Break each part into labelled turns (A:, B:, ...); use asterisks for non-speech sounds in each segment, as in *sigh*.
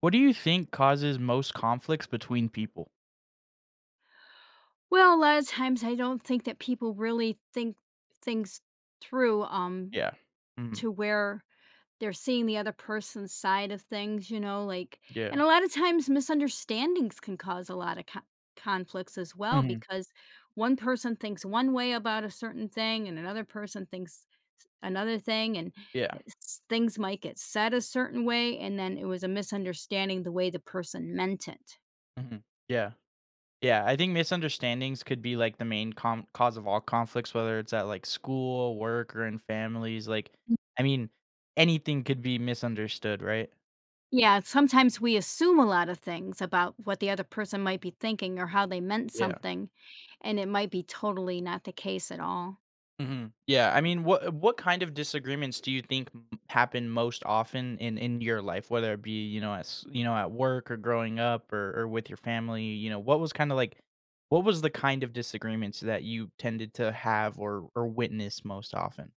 A: What do you think causes most conflicts between people?
B: Well, a lot of times I don't think that people really think things through
A: Yeah. Mhm.
B: to where they're seeing the other person's side of things, you know, like
A: Yeah.
B: and a lot of times misunderstandings can cause a lot of conflicts as well
A: Mhm.
B: because one person thinks one way about a certain thing and another person thinks another thing and
A: Yeah.
B: things might get said a certain way and then it was a misunderstanding the way the person meant it.
A: Mhm. Yeah. Yeah, I think misunderstandings could be, like, the main com cause of all conflicts, whether it's at, like, school, work, or in families, like, I mean, anything could be misunderstood, right?
B: Yeah, sometimes we assume a lot of things about what the other person might be thinking or how they meant
A: Yeah.
B: something, and it might be totally not the case at all.
A: Mhm. Yeah, I mean, what kind of disagreements do you think happen most often in your life, whether it be, you know, as you know, at work or growing up, or with your family? You know, what was kind of like, what was the kind of disagreements that you tended to have or witness most often?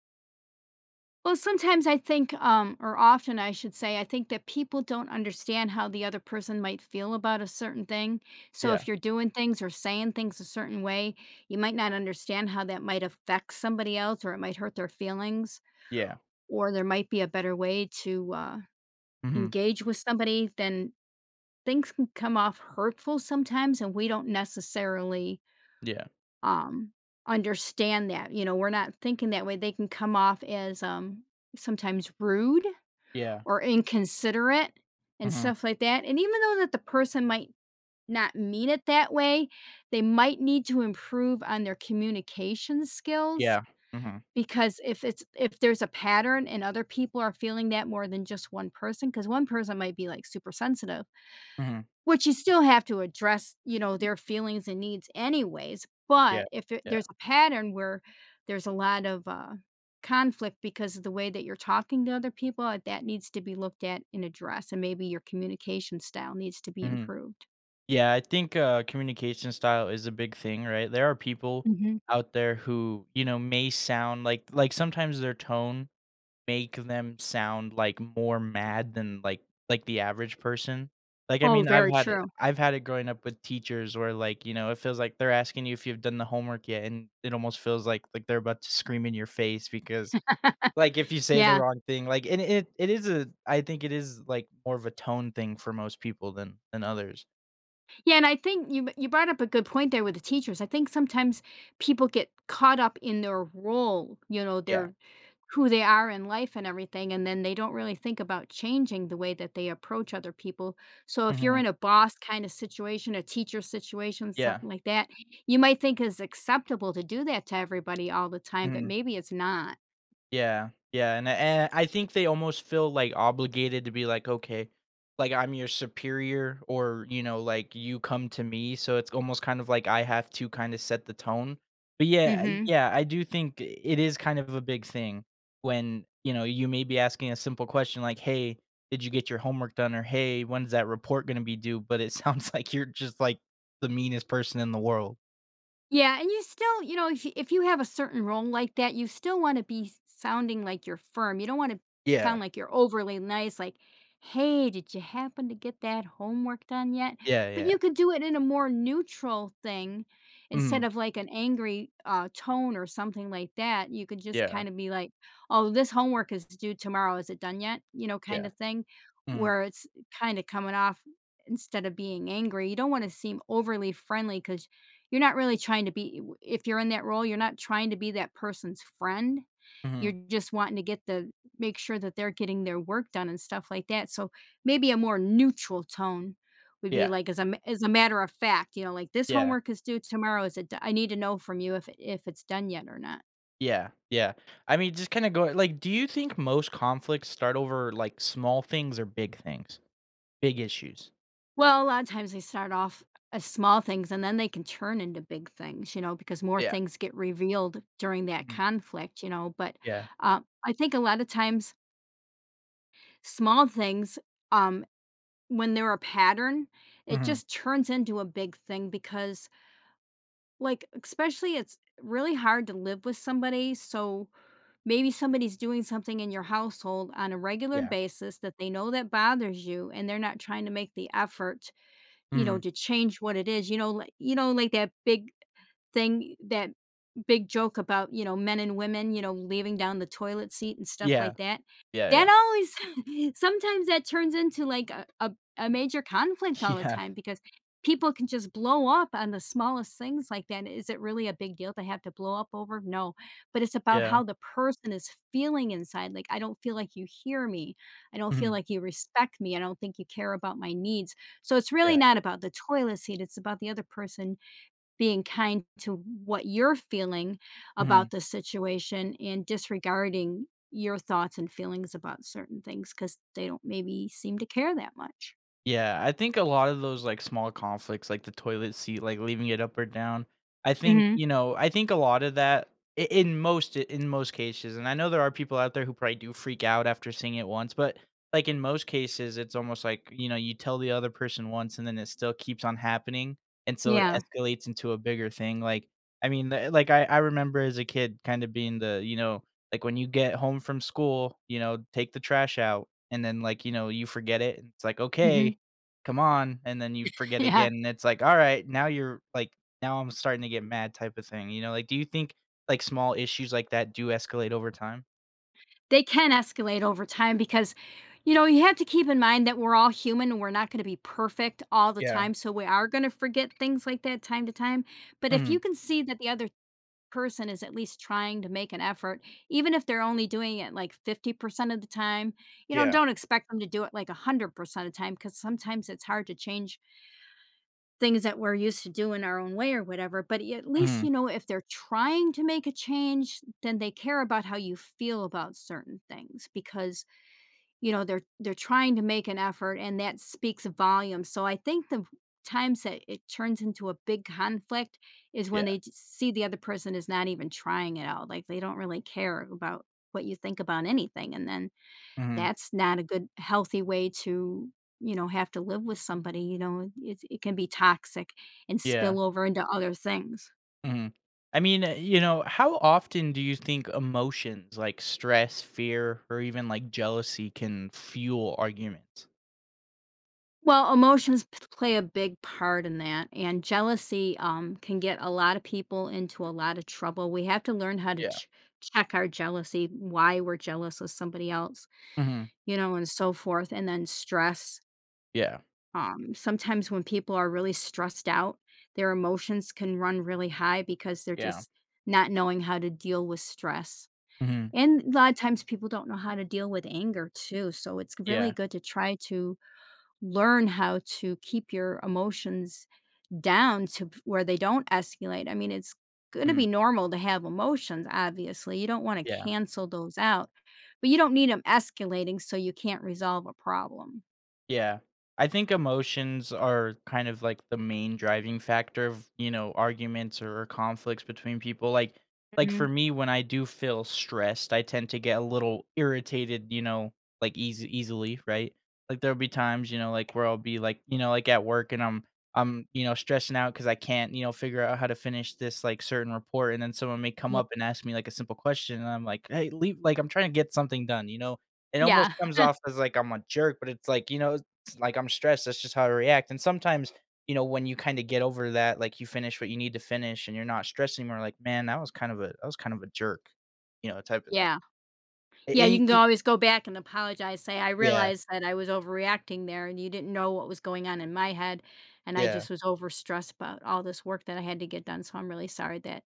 B: Well, sometimes I think, or often I should say, I think that people don't understand how the other person might feel about a certain thing. So
A: Yeah,
B: if you're doing things or saying things a certain way, you might not understand how that might affect somebody else or it might hurt their feelings,
A: yeah,
B: or there might be a better way to
A: hmm,
B: engage with somebody than things can come off hurtful sometimes and we don't necessarily
A: yeah,
B: um understand that, you know, we're not thinking that way. They can come off as sometimes rude
A: yeah,
B: or inconsiderate and
A: hmm,
B: stuff like that, and even though that the person might not mean it that way, they might need to improve on their communication skills
A: yeah, hmm,
B: because if there's a pattern and other people are feeling that more than just one person, because one person might be like super sensitive,
A: hmm,
B: which you still have to address, you know, their feelings and needs anyways.
A: yeah,
B: But if there
A: yeah,
B: there's
A: yeah.
B: a pattern where there's a lot of, conflict because of the way that you're talking to other people, that needs to be looked at and addressed, and maybe your communication style needs to be
A: Mhm.
B: improved.
A: Yeah, I think, communication style is a big thing, right? There are people
B: Mhm.
A: out there who, you know, may sound like, sometimes their tone make them sound, like, more mad than, like, the average person. Like, I
B: Oh,
A: mean, I've
B: very
A: had it
B: true.
A: I've had it growing up with teachers where, like, you know, it feels like they're asking you if you've done the homework yet, and it almost feels like they're about to scream in your face because,
B: *laughs*
A: like, if you say the
B: Yeah.
A: wrong thing, like and it is a I think it is, like, more of a tone thing for most people than others.
B: Yeah, and I think you brought up a good point there with the teachers. I think sometimes people get caught up in their role, you know,
A: Yeah.
B: their who they are in life and everything, and then they don't really think about changing the way that they approach other people. So if you're
A: Mhm.
B: in a boss kind of situation, a teacher situation,
A: Yeah.
B: something like that, you might think it's acceptable to do that to everybody all the time, but
A: Mhm.
B: maybe it's not.
A: Yeah. Yeah, and I think they almost feel, like, obligated to be like, "Okay, like, I'm your superior," or, you know, like, "You come to me," so it's almost kind of like I have to kinda set the tone. But
B: Hmm.
A: yeah, I do think it is kind of a big thing when, you know, you may be asking a simple question like, "Hey, did you get your homework done?" or, "Hey, when's that report gonna be due?" But it sounds *laughs* like you're just, like, the meanest person in the world.
B: Yeah, and you still, you know, if you have a certain role like that, you still wanna be s sounding like you're firm. You don't wanna
A: Yeah.
B: sound like you're overly nice, like, "Hey, did you happen to get that homework done yet?"
A: Yeah,
B: But
A: yeah.
B: you could do it in a more neutral thing instead
A: Mhm.
B: of, like, an angry, tone or something like that. You could just
A: Yeah.
B: kinda be like, "Oh, this homework is due tomorrow. Is it done yet?" You know,
A: Yeah.
B: kinda thing,
A: Mhm.
B: where it's kinda coming off instead of being angry. You don't wanna seem overly friendly because you're not really trying to be. If you're in that role, you're not trying to be that person's friend. You're
A: Mhm.
B: just wanting to get the make sure that they're getting their work done and stuff like that, so maybe a more neutral tone would be
A: Yeah.
B: like, as a ma as a matter of fact, you know, like, "This
A: Yeah.
B: homework is due tomorrow, is it do I need to know from you if if it's done yet or not."
A: Yeah. Yeah. I mean, just kinda go like, do you think most conflicts start over, like, small things or big things? Big issues?
B: Well, a lot of times they start off as small things, and then they can turn into big things, you know, because more
A: Yeah.
B: things get revealed during that
A: Mhm.
B: conflict, you know, but,
A: Yeah.
B: I think a lot of times small things, um, when they're a pattern, it
A: Mhm.
B: just turns into a big thing because, like, especially it's really hard to live with somebody. So maybe somebody's doing something in your household on a regular
A: Yeah.
B: basis that they know that bothers you and they're not trying to make the effort, you know,
A: Mhm.
B: to change what it is. You know, like that big thing, that big joke about, you know, men and women, you know, leaving down the toilet seat and stuff
A: Yeah.
B: like that.
A: Yeah,
B: That
A: yeah.
B: always *laughs* sometimes that turns into, like, a major conflict
A: *laughs*
B: all the
A: Yeah.
B: time because people can just blow up on the smallest things like that. Is it really a big deal to have to blow up over? No, but it's about
A: Yeah.
B: how the person is feeling inside, like, "I don't feel like you hear me. I don't feel
A: Mhm.
B: like you respect me. I don't think you care about my needs." So, it's really
A: Yeah.
B: not about the toilet seat, it's about the other person being kind to what you're feeling
A: Mhm.
B: about the situation and disregarding your thoughts and feelings about certain things because they don't maybe seem to care that much.
A: Yeah, I think a lot of those, like, small conflicts, like the toilet seat, like leaving it up or down, I think,
B: Hmm.
A: you know, I think a lot of that I in most cases, and I know there are people out there who probably do freak out after seeing it once, but, like, in most cases, it's almost like, you know, you tell the other person once and then it still keeps on happening, and so it
B: Yeah.
A: escalates into a bigger thing, like, I mean, the like, I remember as a kid kind of being the, you know, like, when you get home from school, you know, take the trash out, and then, like, you know, you forget it, and it's like,
B: Hmm.
A: "Okay." "Come on," and then you
B: *laughs*
A: forget
B: Yeah.
A: again, and it's like, "Alright, now you're like, now I'm starting to get mad," type of thing, you know? Like, do you think, like, small issues like that do escalate over time?
B: They can escalate over time because, you know, you have to keep in mind that we're all human and we're not going to be perfect all the
A: Yeah.
B: time. So we are going to forget things like that time to time. But if
A: Mhm.
B: you can see that the other person is at least trying to make an effort, even if they're only doing it like 50% of the time, you know,
A: Yeah.
B: don't expect them to do it like 100% of the time because sometimes it's hard to change things that we're used to doing our own way or whatever. But at least,
A: Mhm.
B: you know, if they're trying to make a change, then they care about how you feel about certain things because, you know, they're trying to make an effort and that speaks volumes. So I think the times that it turns into a big conflict is when
A: Yeah.
B: they see the other person is not even trying it out. Like they don't really care about what you think about anything. And then
A: Mhm.
B: that's not a good healthy way to, you know, have to live with somebody. You know, it can be toxic and
A: Yeah.
B: spill over into other things.
A: Mhm. I mean, you know, how often do you think emotions like stress, fear, or even, like, jealousy can fuel arguments?
B: Well, emotions play a big part in that, and jealousy, can get a lot of people into a lot of trouble. We have to learn how to
A: Yeah.
B: check our jealousy, why we're jealous of somebody else,
A: Mhm.
B: you know, and so forth. And then stress.
A: Yeah.
B: Sometimes when people are really stressed out, their emotions can run really high because they're
A: Yeah.
B: just not knowing how to deal with stress.
A: Mhm.
B: And a lot of times people don't know how to deal with anger too. So it's really
A: Yeah.
B: good to try to learn how to keep your emotions down to where they don't escalate. I mean, it's going to
A: Mm.
B: be normal to have emotions, obviously. You don't want to
A: Yeah.
B: cancel those out, but you don't need them escalating so you can't resolve a problem.
A: Yeah. I think emotions are kind of like the main driving factor of, you know, arguments or conflicts between people. Like for
B: Mhm.
A: me when I do feel stressed, I tend to get a little irritated, you know, like easy easily, right? Like there'll be times, you know, like where I'll be like, you know, like at work and I'm, you know, stressing out cuz I can't, you know, figure out how to finish this like certain report, and then someone may come
B: Yeah.
A: up and ask me like a simple question and I'm like, "Hey, leave like I'm trying to get something done," you know? It almost
B: Yeah.
A: comes
B: *laughs*
A: off as like I'm a jerk, but it's like, you know, like I'm stressed. That's just how I react. And sometimes, you know, when you kind of get over that, like you finish what you need to finish, and you're not stressed anymore. Like, man, that was kind of a that was kind of a jerk, you know, type of thing.
B: Yeah.
A: A-
B: Yeah. You can
A: and
B: always go back and apologize. Say, I
A: yeah,
B: realized that I was overreacting there and you didn't know what was going on in my head. And I
A: yeah,
B: just was overstressed about all this work that I had to get done. So I'm really sorry that,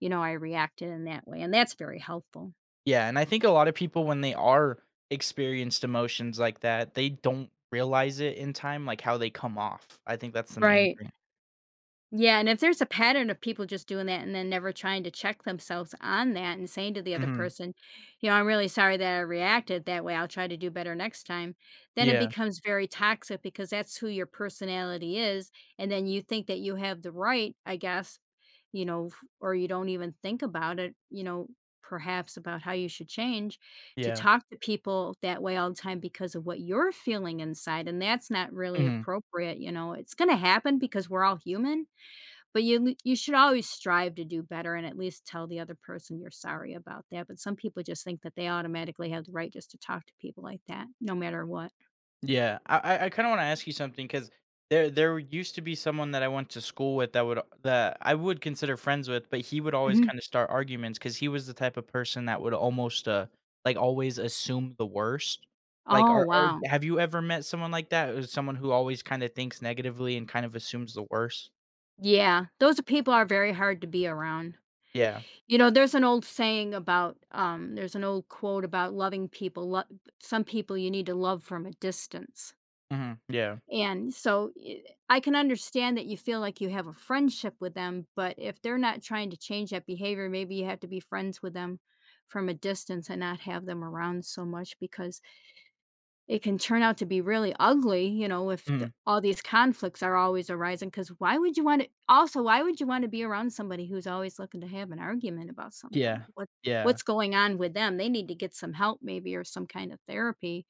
B: you know, I reacted in that way. And that's very helpful.
A: yeah. And I think a lot of people when they are experienced emotions like that, they don't realize it in time, like how they come off. I think that's the main
B: Right.
A: thing.
B: Yeah, and if there's a pattern of people just doing that and then never trying to check themselves on that and saying to the other
A: Hmm.
B: person, you know, I'm really sorry that I reacted that way. I'll try to do better next time. Then it
A: Yeah,
B: becomes very toxic because that's who your personality is. And then you think that you have the right, I guess, you know, or you don't even think about it, you know, perhaps about how you should change to
A: yeah.
B: talk to people that way all the time because of what you're feeling inside. And that's not really
A: Mhm.
B: appropriate. You know, it's going to happen because we're all human, but you should always strive to do better and at least tell the other person you're sorry about that, but some people just think that they automatically have the right just to talk to people like that, no matter what.
A: Yeah, I kinda wanna ask you something because there used to be someone that I went to school with that would that I would consider friends with, but he would always
B: Mhm.
A: kinda start arguments because he was the type of person that would almost, like, always assume the worst. Like,
B: Oh,
A: are oh,
B: wow.
A: have you ever met someone like that? Or someone who always kinda thinks negatively and kind of assumes the worst?
B: Yeah, those are people are very hard to be around.
A: Yeah.
B: You know, there's an old saying about, there's an old quote about loving people, lo some people you need to love from a distance.
A: Mhm, yeah.
B: And so I can understand that you feel like you have a friendship with them, but if they're not trying to change that behavior, maybe you have to be friends with them from a distance and not have them around so much because it can turn out to be really ugly, you know, if
A: Mhm.
B: all these conflicts are always arising. Because why would you want to? Also, why would you want to be around somebody who's always looking to have an argument about something?
A: Yeah.
B: What
A: Yeah.
B: what's going on with them? They need to get some help, maybe, or some kind of therapy,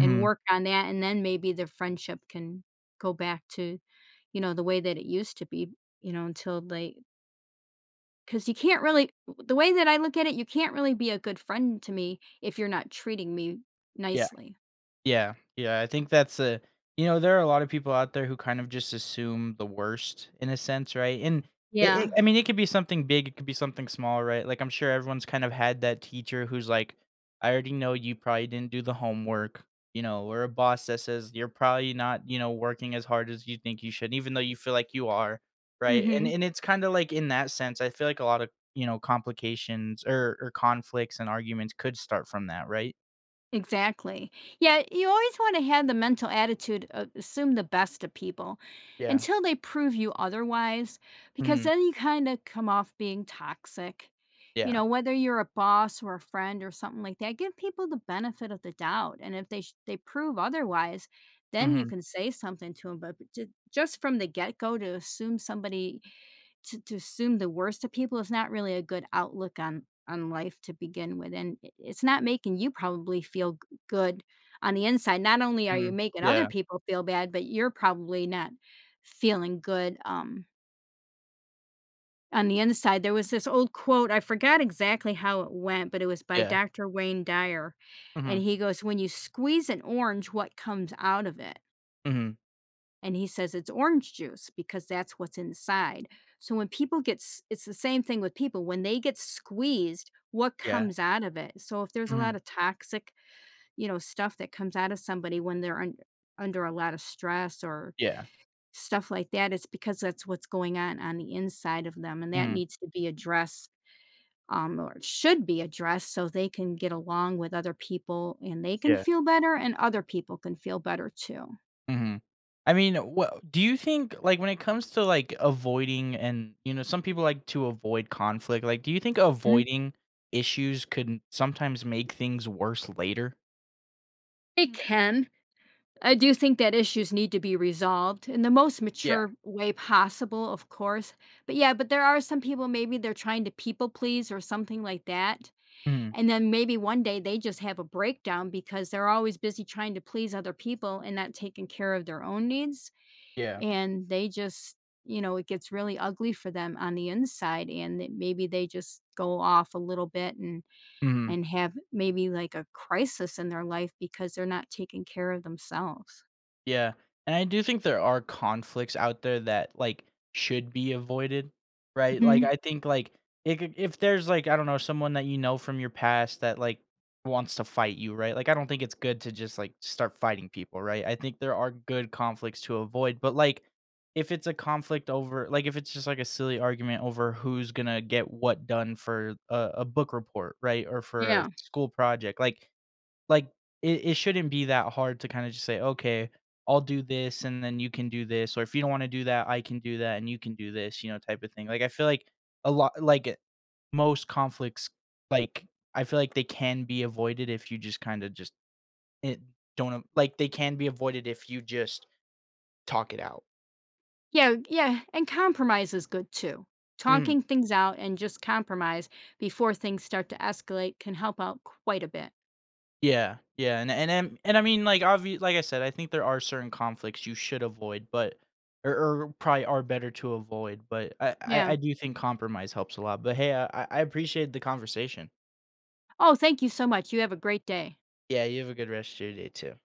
B: and work on that. And then maybe the friendship can go back to, you know, the way that it used to be. You know, until they, because you can't really, the way that I look at it, you can't really be a good friend to me if you're not treating me
A: Yeah.
B: nicely.
A: Yeah, yeah, I think that's a you know, there are a lot of people out there who kind of just assume the worst in a sense, right? And
B: Yeah.
A: I mean, it could be something big, it could be something small, right? Like I'm sure everyone's kind of had that teacher who's like, "I already know you probably didn't do the homework," you know, or a boss that says you're probably not, you know, working as hard as you think you should, even though you feel like you are, right?
B: Mm-hmm.
A: And it's kind of like in that sense, I feel like a lot of, you know, complications or conflicts and arguments could start from that, right?
B: Exactly. Yeah, you always want to have the mental attitude of assume the best of people
A: Yeah.
B: until they prove you otherwise, because
A: Mhm.
B: then you kind of come off being toxic. You
A: Yeah.
B: know, whether you're a boss or a friend or something like that, give people the benefit of the doubt. And if they they prove otherwise, then you
A: Mhm,
B: can say something to them. But just from the get go to assume somebody to assume the worst of people is not really a good outlook on life to begin with, and I it's not making you probably feel g good on the inside. Not only are you
A: mhm,
B: making other
A: yeah,
B: people feel bad, but you're probably not feeling good, on the inside. There was this old quote, I forgot exactly how it went, but it was by
A: yeah,
B: Doctor Wayne Dyer, and
A: mhm,
B: he goes, "When you squeeze an orange, what comes out of it?"
A: mhm,
B: And he says it's orange juice because that's what's inside. So when people get it's the same thing with people when they get squeezed, what
A: yeah,
B: comes out of it? So if there's a
A: mhm,
B: lot of toxic, you know, stuff that comes out of somebody when they're under a lot of stress or
A: yeah,
B: stuff like that, it's because that's what's going on the inside of them and that
A: mhm,
B: needs to be addressed, or should be addressed so they can get along with other people and they can
A: yeah,
B: feel better and other people can feel better too.
A: mhm. I mean, wha do you think, like, when it comes to, like, avoiding and, you know, some people like to avoid conflict, like, do you think
B: Mm,
A: avoiding issues could sometimes make things worse later?
B: they can. I do think that issues need to be resolved in the most
A: Yeah,
B: mature way possible, of course. But yeah, but there are some people, maybe they're trying to people please or something like that.
A: mhm,
B: And then maybe one day they just have a breakdown because they're always busy trying to please other people and not taking care of their own needs.
A: yeah,
B: And they just, you know, it gets really ugly for them on the inside. And that maybe they just go off a little bit and
A: mhm.
B: have maybe like a crisis in their life because they're not taking care of themselves.
A: Yeah, and I do think there are conflicts out there that, like, should be avoided, right? Like,
B: Mhm.
A: I think, like, I c if there's, like, I don't know, someone that you know from your past that, like, wants to fight you, right? Like, I don't think it's good to just, like, start fighting people, right? I think there are good conflicts to avoid, but, like, if it's a conflict over like, if it's just, like, a silly argument over who's gonna get what done for a book report, right, or for a
B: Yeah.
A: school project, like, it shouldn't be that hard to kinda just say, "Okay, I'll do this, and then you can do this," or, "If you don't wanna do that, I can do that, and you can do this," you know, type of thing. Like, I feel like a lot like, most conflicts, like, I feel like they can be avoided if you just kinda just, eh, don't a- like, they can be avoided if you just talk it out.
B: Yeah, yeah, and compromise is good too.
A: Mhm.
B: Talking things out and just compromise before things start to escalate can help out quite a bit.
A: Yeah, yeah, and I mean, like, obvi like I said, I think there are certain conflicts you should avoid, but or or probably are better to avoid, but I I
B: Yeah.
A: I do think compromise helps a lot, but hey, I appreciate the conversation.
B: Oh, thank you so much. You have a great day.
A: Yeah, you have a good rest of your day too.